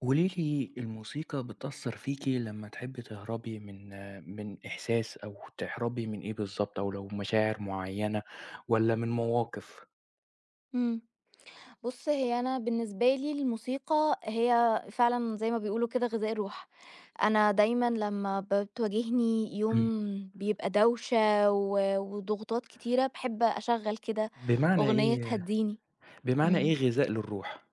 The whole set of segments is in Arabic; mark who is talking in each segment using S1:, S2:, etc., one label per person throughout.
S1: قولي لي الموسيقى بتأثّر فيكِ لمّا تحبّي تهربي من إحساس أو تهربي من إيه بالضبط أو لو مشاعر معيّنة والّا من مواقف؟
S2: إمم. بُص، هي أنا بالنسبة لي الموسيقى هي فعلًا زي ما بيقولوا كده غذاء الروح. أنا دايمًا لمّا بتواجهني
S1: إمم.
S2: يوم بيبقى دوشة و وضغوطات كتيرة، باحب أشغّل كده
S1: بمعنى
S2: أغنية
S1: إيه
S2: تهدّيني.
S1: بمعنى إيه
S2: إمم.
S1: غذاء للروح؟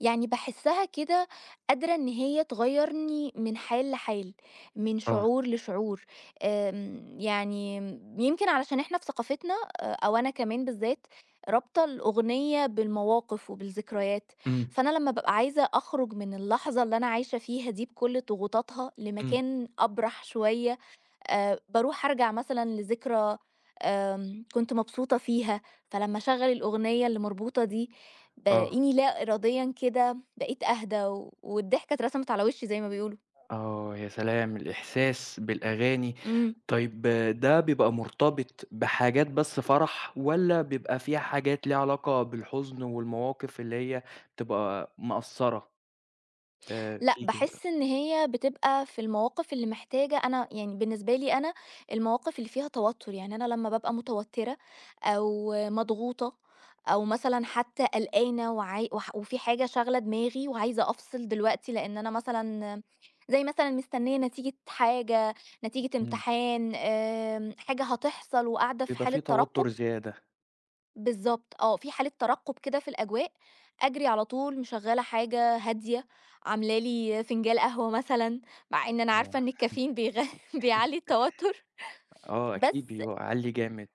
S2: يعني باحسّها كده قادرة إن هي تغيّرني من حال لحال، من
S1: آه.
S2: شعور لشعور، يعني يمكن علشان إحنا في ثقافتنا أو أنا كمان بالذات رابطة الأغنية بالمواقف وبالذكريات،
S1: إمم،
S2: فأنا لمّا بابقى عايزة أخرج من اللحظة اللي أنا عايشة فيها دي بكل ضغوطاتها
S1: إمم،
S2: لمكان أبرح شوية باروح أرجع مثلًا لذكرى كنت مبسوطة فيها، فلمّا أشغّل الأغنية اللي مربوطة دي
S1: آه،
S2: بالاقيني لا إراديًا كده بقيت أهدى و والضحكة اترسمت على وشّي زي ما بيقولوا.
S1: آه، يا سلام الإحساس بالأغاني،
S2: إمم.
S1: طيب ده بيبقى مرتبط بحاجات بس فرح والّا بيبقى فيها حاجات ليها علاقة بالحزن والمواقف اللي هي بتبقى مأثّرة
S2: لأ،
S1: فيكِ؟
S2: باحس إن هي بتبقى في المواقف اللي محتاجة أنا يعني بالنسبة لي أنا المواقف اللي فيها توتر، يعني أنا لمّا بابقى متوترة أو مضغوطة أو مثلًا حتى قلقانة وعاي وح وفي حاجة شاغلة دماغي وعايزة أفصل دلوقتي لإن أنا مثلًا زي مثلًا مستنية نتيجة حاجة، نتيجة
S1: إمم.
S2: امتحان، حاجة هتحصل وقاعدة في
S1: بيبقى
S2: حالة
S1: في
S2: ترقب.
S1: توتر زيادة،
S2: بالضبط آه، في حالة ترقُّب كده في الأجواء، أجري على طول مشغّلة حاجة هادية، عاملة لي فنجان قهوة مثلًا، مع إن أنا عارفة
S1: آه،
S2: إن الكافيين بيعلّي التوتُّر،
S1: آه أكيد
S2: بس
S1: بيعلّي جامد.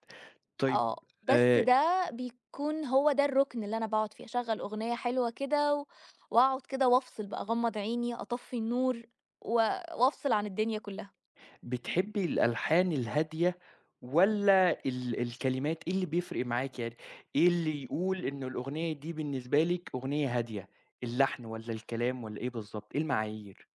S1: طيب
S2: بس
S1: آآ،
S2: ده بيكون هو ده الرُكن اللي أنا باقعُد فيه، أشغّل أغنية حلوة كده و وأقعُد كده وأفصِل بقى، أغمّض عيني، أطفّي النور و وأفصِل عن الدنيا كُلّها.
S1: بتحبي الألحان الهادية والّا الكلمات، إيه اللي بيفرق معاكِ يعني؟ إيه اللي يقول إن الأغنية دي بالنسبة لِك أغنية هادية، اللحن والّا الكلام والّا إيه بالضبط، إيه المعايير؟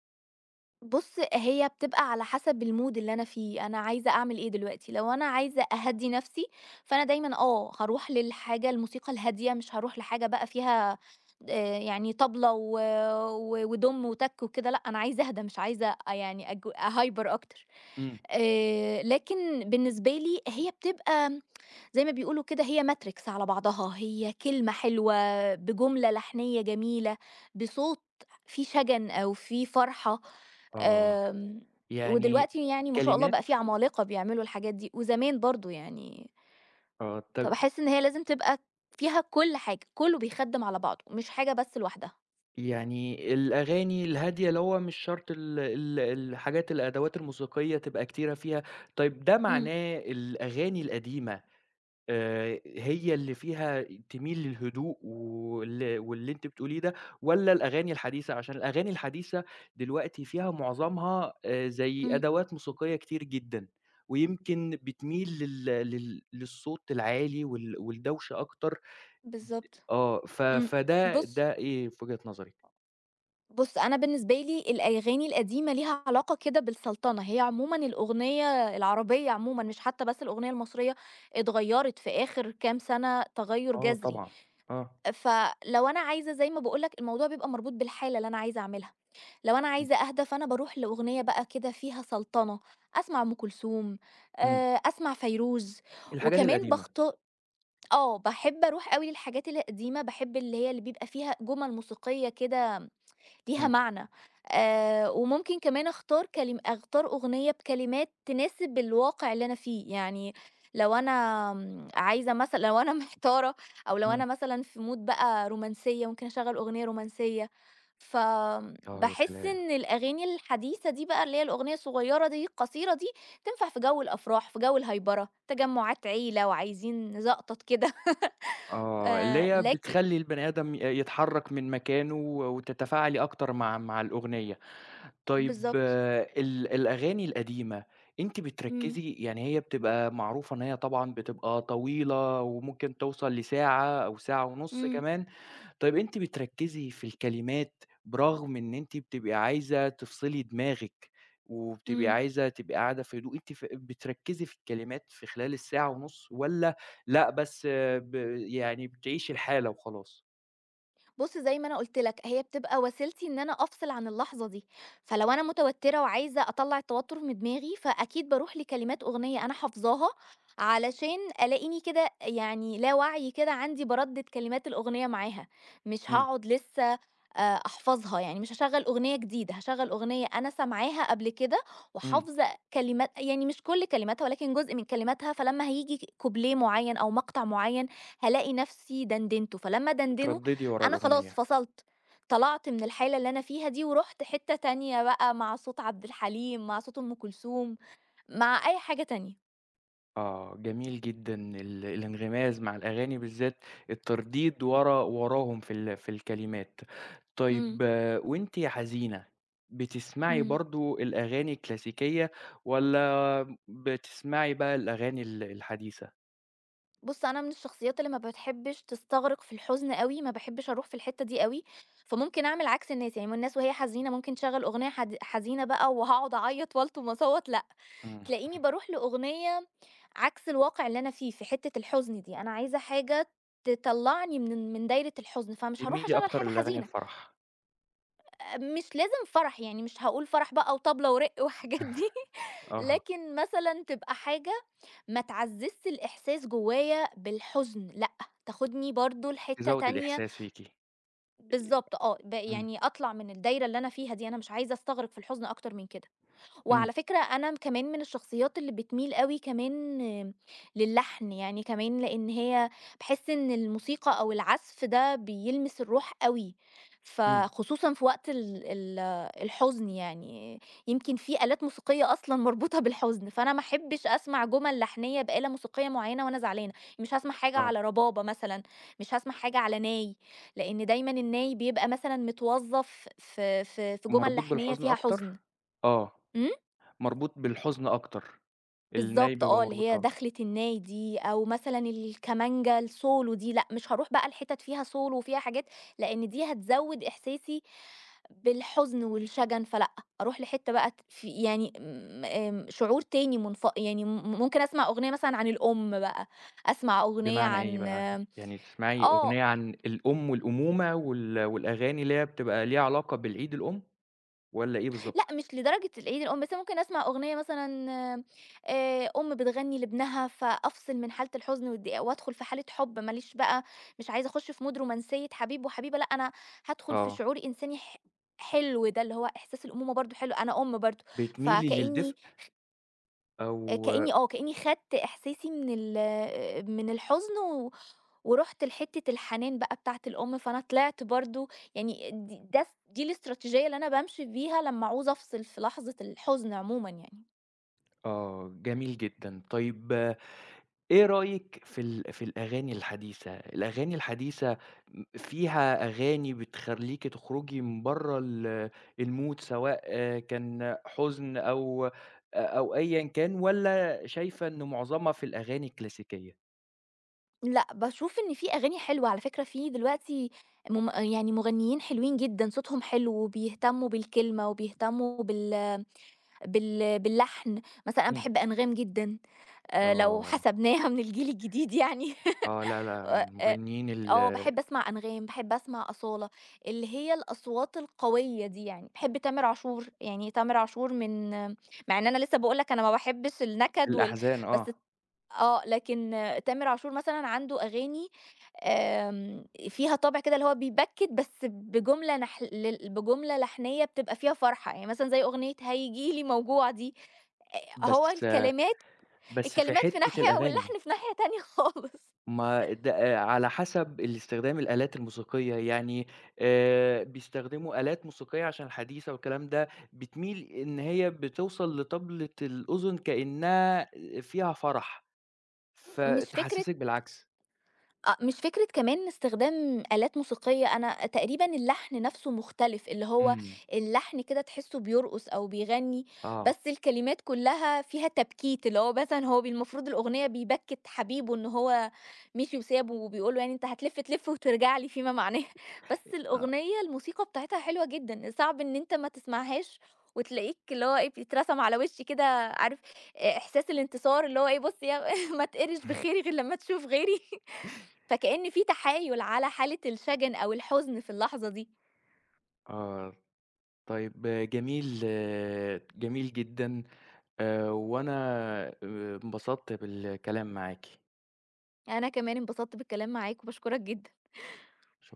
S2: بُص، هي بتبقى على حسب الmood اللي أنا فيه، أنا عايزة أعمل إيه دلوقتي، لو أنا عايزة أهدّي نَفْسي، فأنا دايمًا هاروح للحاجة الموسيقى الهادية، مش هاروح لحاجة بقى فيها يعني طبلة و و ودُم وتَك وكده لأ، أنا عايزة أهدى مش عايزة يعني أهايبر أكتر.
S1: إمم،
S2: لكن بالنسبة لي هي بتبقى زي ما بيقولوا كده هي ماتريكس على بعضها، هي كلمة حلوة، بجملة لحنية جميلة، بصوت فيه شَجَن أو فيه فرحة،
S1: آه،
S2: آمم،
S1: يعني
S2: ودلوقتي يعني ما شاء الله
S1: الكلمات
S2: بقى في عمالقة بيعملوا الحاجات دي، وزمان برضه يعني،
S1: آه، طب
S2: فباحس إن هي لازم تبقى فيها كل حاجة، كله بيخدّم على بعضه، مش حاجة بس لوحدها.
S1: يعني الأغاني الهادية اللي هو مش شرط ال ال الحاجات الأدوات الموسيقية تبقى كتيرة فيها، طيب ده
S2: إمم.
S1: معناه الأغاني القديمة هي اللي فيها تميل للهدوء واللي أنتِ بتقوليه ده، والّا الأغاني الحديثة؟ عشان الأغاني الحديثة دلوقتي فيها معظمها زي
S2: إمم.
S1: أدوات موسيقية كتير جدًا، ويمكن بتميل لل لل للصوت العالي والدوشة أكتر،
S2: بالضبط.
S1: آه
S2: إمم.
S1: فده
S2: بُص
S1: ده إيه في وجهة نظرِك؟
S2: بُص، أنا بالنسبة لي الأغاني القديمة ليها علاقة كده بالسلطنة، هي عمومًا الأغنية العربية عمومًا مش حتى بس الأغنية المصرية اتغيّرت في آخر كام سنة تغيُّر
S1: آه
S2: جذري.
S1: طبعًا، آه.
S2: فلو أنا عايزة زي ما باقول لك الموضوع بيبقى مربوط بالحالة اللي أنا عايزة أعملها، لو أنا
S1: إمم.
S2: عايزة أهدى فأنا باروح لأغنية بقى كده فيها سلطنة، أسمع أم كلثوم،
S1: إمم.
S2: أسمع فيروز،
S1: الحاجات
S2: وكمان
S1: القديمة.
S2: باخت آه، باحب أروح أوي للحاجات القديمة، باحب اللي هي اللي بيبقى فيها جُمل موسيقية كده ليها
S1: إمم،
S2: معنى. وممكن كمان أختار أختار أغنية بكلمات تناسب الواقع اللي أنا فيه، يعني لو أنا عايزة مثلًا لو أنا محتارة أو لو
S1: إمم.
S2: أنا مثلًا في mood بقى رومانسية، ممكن أشغّل أغنية رومانسية.
S1: آه، يا
S2: فباحس
S1: سلام!
S2: إن الأغاني الحديثة دي بقى اللي هي الأغنية الصغيرة دي، القصيرة دي، تنفع في جو الأفراح، في جو الهايبرة، تجمعات عيلة وعايزين نزقطط كده
S1: آه، اللي هي
S2: لكن
S1: بتخلّي البني آدم يتحرّك من مكانه وتتفاعلي أكتر مع الأغنية. طيب
S2: بالضبط.
S1: الأغاني القديمة أنتِ
S2: إمم.
S1: بتركّزي يعني هي بتبقى معروفة إن هي طبعًا بتبقى طويلة وممكن توصل لساعة أو ساعة ونُص
S2: إمم.
S1: كمان. طيب أنتِ بتركّزي في الكلمات برغم إن أنتِ بتبقي عايزة تفصلي دماغِك، وبتبقي
S2: إمم.
S1: عايزة تبقي قاعدة في هدوء، أنتِ بتركّزي في الكلمات في خلال الساعة ونُص والّا لأ بس آه، يعني بتعيشي الحالة وخلاص؟
S2: بُص زي ما أنا قُلت لك، هي بتبقى وسيلتي إن أنا أفصل عن اللحظة دي، فلو أنا متوترة وعايزة أطلّع التوتر من دماغي، فأكيد باروح لكلمات أغنية أنا حافظاها، علشان ألاقيني كده يعني لا وعي كده عندي باردد كلمات الأغنية معاها، مش
S1: إمم،
S2: هاقعد لسه أحفظها، يعني مش هاشغّل أغنية جديدة، هاشغّل أغنية أنا سامعاها قبل كده
S1: إمم،
S2: وحافظة كلمات يعني مش كل كلماتها ولكن جزء من كلماتها، فلمّا هييجي كوبليه معيّن أو مقطع معيّن هالاقي نفسي دندنته، فلمّا أدندنه
S1: بتردّدي ورا
S2: أنا خلاص
S1: الأغنية.
S2: فصلت، طلعت من الحالة اللي أنا فيها دي ورُحت حتّة تانية بقى مع صوت عبد الحليم، مع صوت أم كلثوم، مع أي حاجة تانية.
S1: آه، جميل جدًا الانغماز مع الأغاني بالذات، الترديد وراهم في الكلمات.
S2: إمم.
S1: طيب وأنتِ حزينة، بتسمعي
S2: إمم.
S1: برضه الأغاني الكلاسيكية والّا بتسمعي بقى الأغاني الحديثة؟
S2: بُص، أنا من الشخصيات اللي ما بتحبش تستغرق في الحزن أوي، ما باحبش أروح في الحتّة دي أوي، فممكن أعمل عكس الناس، يعني الناس وهي حزينة ممكن تشغّل أغنية حزينة بقى وهاقعد أعيّط وألطم وأصوّت، لأ،
S1: إمم،
S2: تلاقيني باروح لأغنية عكس الواقع اللي أنا فيه، في حتّة الحزن دي، أنا عايزة حاجة تطلّعني من دايرة الحزن، فمش هاروح
S1: تميلي
S2: أشغّل
S1: أكتر
S2: حاجة
S1: للأغاني
S2: حزينة.
S1: الفرح،
S2: مش لازم فرح، يعني مش هاقول فرح بقى وطبلة ورق والحاجات دي،
S1: آه،
S2: لكن مثلًا تبقى حاجة ما تعزّزش الإحساس جوايا بالحزن، لأ، تاخدني برضه لحتّة
S1: تزوّد
S2: تانية.
S1: الإحساس فيكِ.
S2: بالضبط آه،
S1: إمم،
S2: يعني أطلع من الدايرة اللي أنا فيها دي، أنا مش عايزة أستغرق في الحزن أكتر من كده.
S1: إمم،
S2: وعلى فكرة أنا كمان من الشخصيات اللي بتميل أوي كمان آه، للحن، يعني كمان لإن هي باحس إن الموسيقى أو العزف ده بيلمس الروح أوي،
S1: إمم،
S2: فخصوصًا في وقت ال ال الحزن يعني. يمكن في آلات موسيقية أصلًا مربوطة بالحزن، فأنا ما أحبش أسمع جُمل لحنية بآلة موسيقية معينة وأنا زعلانة، مش هاسمع حاجة على
S1: آه،
S2: ربابة مثلًا، مش هاسمع حاجة على ناي، لإن دايمًا الناي بيبقى مثلًا متوظّف في جُمل
S1: مربوط
S2: لحنية
S1: بالحزن
S2: فيها حزن.
S1: أكتر؟ آه،
S2: إمم؟
S1: مربوط بالحزن أكتر، الناي
S2: بالضبط
S1: بيبقى
S2: آه، اللي
S1: مربوط
S2: هي
S1: آه.
S2: دخلة النادي أو مثلًا الكمانجا الsolo دي، لأ مش هاروح بقى لحتت فيها solo وفيها حاجات، لإن دي هتزوّد إحساسي بالحزن والشجن، فلأ، أروح لحتة بقى ت ف يعني م آمم، شعور تاني يعني ممكن أسمع أغنية مثلًا عن الأم بقى، أسمع أغنية
S1: بمعنى إيه
S2: عن
S1: بقى؟ يعني تسمعي أغنية
S2: آه.
S1: عن الأم والأمومة والأغاني اللي هي بتبقى ليها علاقة بالعيد الأم والّا إيه بالضبط؟
S2: لأ مش لدرجة العيد الأم، بس ممكن أسمع أغنية مثلًا أم بتغني لابنها، فأفصل من حالة الحزن والضيقة وأدخل في حالة حُب، ما ليش بقى مش عايزة أخُش في mood رومانسية حبيب وحبيبة، لأ أنا هادخل في
S1: آه،
S2: شعور إنساني حلو ده، اللي هو إحساس الأمومة برضه حلو، أنا أم برضه،
S1: بتميلي
S2: فكإني
S1: للدفء أو
S2: كإني آه، كإني خدت إحساسي من الحزن و ورُحت لحتّة الحنان بقى بتاعة الأم، فأنا طلعت برضه يعني د ده دي الاستراتيجية اللي أنا بامشي بيها لمّا عاوزة أفصل في لحظة الحزن عمومًا يعني.
S1: آه، جميل جدًا. طيب إيه رأيك في الأغاني الحديثة؟ الأغاني الحديثة فيها أغاني بتخلّيكِ تخرجي من برّه الmood سواء كان حزن أو أيًا كان والّا شايفة إن معظمها في الأغاني الكلاسيكية؟
S2: لأ، باشوف إن في أغاني حلوة على فكرة، في دلوقتي يعني مغنيين حلوين جدًا، صوتهم حلو وبيهتموا بالكلمة وبيهتموا باللحن، مثلًا أنا
S1: إمم،
S2: باحب أنغام جدًا، لو
S1: آه.
S2: حسبناها من الجيل الجديد يعني.
S1: آه، لأ، لأ،
S2: آآ
S1: من
S2: آآ
S1: مغنيين
S2: باحب أسمع أنغام، باحب أسمع أصالة، اللي هي الأصوات القوية دي يعني، باحب تامر عاشور، يعني تامر عاشور من مع إن أنا لسه باقول لك أنا ما باحبش النكد
S1: الأحزان
S2: بس
S1: آه،
S2: لكن تامر عاشور مثلًا عنده أغاني فيها طابع كده اللي هو بيبكّت بس بجملة نح ل بجملة لحنية بتبقى فيها فرحة، يعني مثلًا زي أغنية هييجي لي موجوع دي،
S1: بس
S2: هو الكلمات
S1: بس في
S2: في
S1: حتّة
S2: ناحية واللحن
S1: الأغاني
S2: في ناحية تانية خالص.
S1: ما ده على حسب الاستخدام الآلات الموسيقية، يعني بيستخدموا آلات موسيقية عشان الحديثة والكلام ده، بتميل إن هي بتوصل لطبلة الأذن كإنها فيها فرح،
S2: مش فكرة
S1: فتحسسِك بالعكس.
S2: مش فكرة كمان استخدام آلات موسيقية، أنا تقريبًا اللحن نَفْسه مختلف، اللي هو
S1: إمم،
S2: اللحن كده تحسّه بيرقص أو بيغنّي، بس
S1: آه،
S2: الكلمات كُلّها فيها تبكيت، اللي هو مثلًا هو المفروض الأغنية بيبكّت حبيبه إن هو مشي وسابه وبيقول له يعني أنت هتلِف تلِف وترجع لي فيما معناه، بس
S1: آه،
S2: الأغنية الموسيقى بتاعتها حلوة جدًا، صعب إن أنت ما تسمعهاش وتلاقيك اللي هو إيه، بيترسم على وشّي كده عارف إحساس الانتصار اللي هو إيه، بُص يا ما تقِرِش بخيري غير لمّا تشوف غيري. فكأن في تحايل على حالة الشَجَن أو الحزن في اللحظة دي.
S1: آه. طيب آه، جميل آه، جميل جدًا، وأنا انبسطت بالكلام معاكِ.
S2: أنا كمان انبسطت بالكلام معاك وباشكرك جدًا.
S1: شكرًا.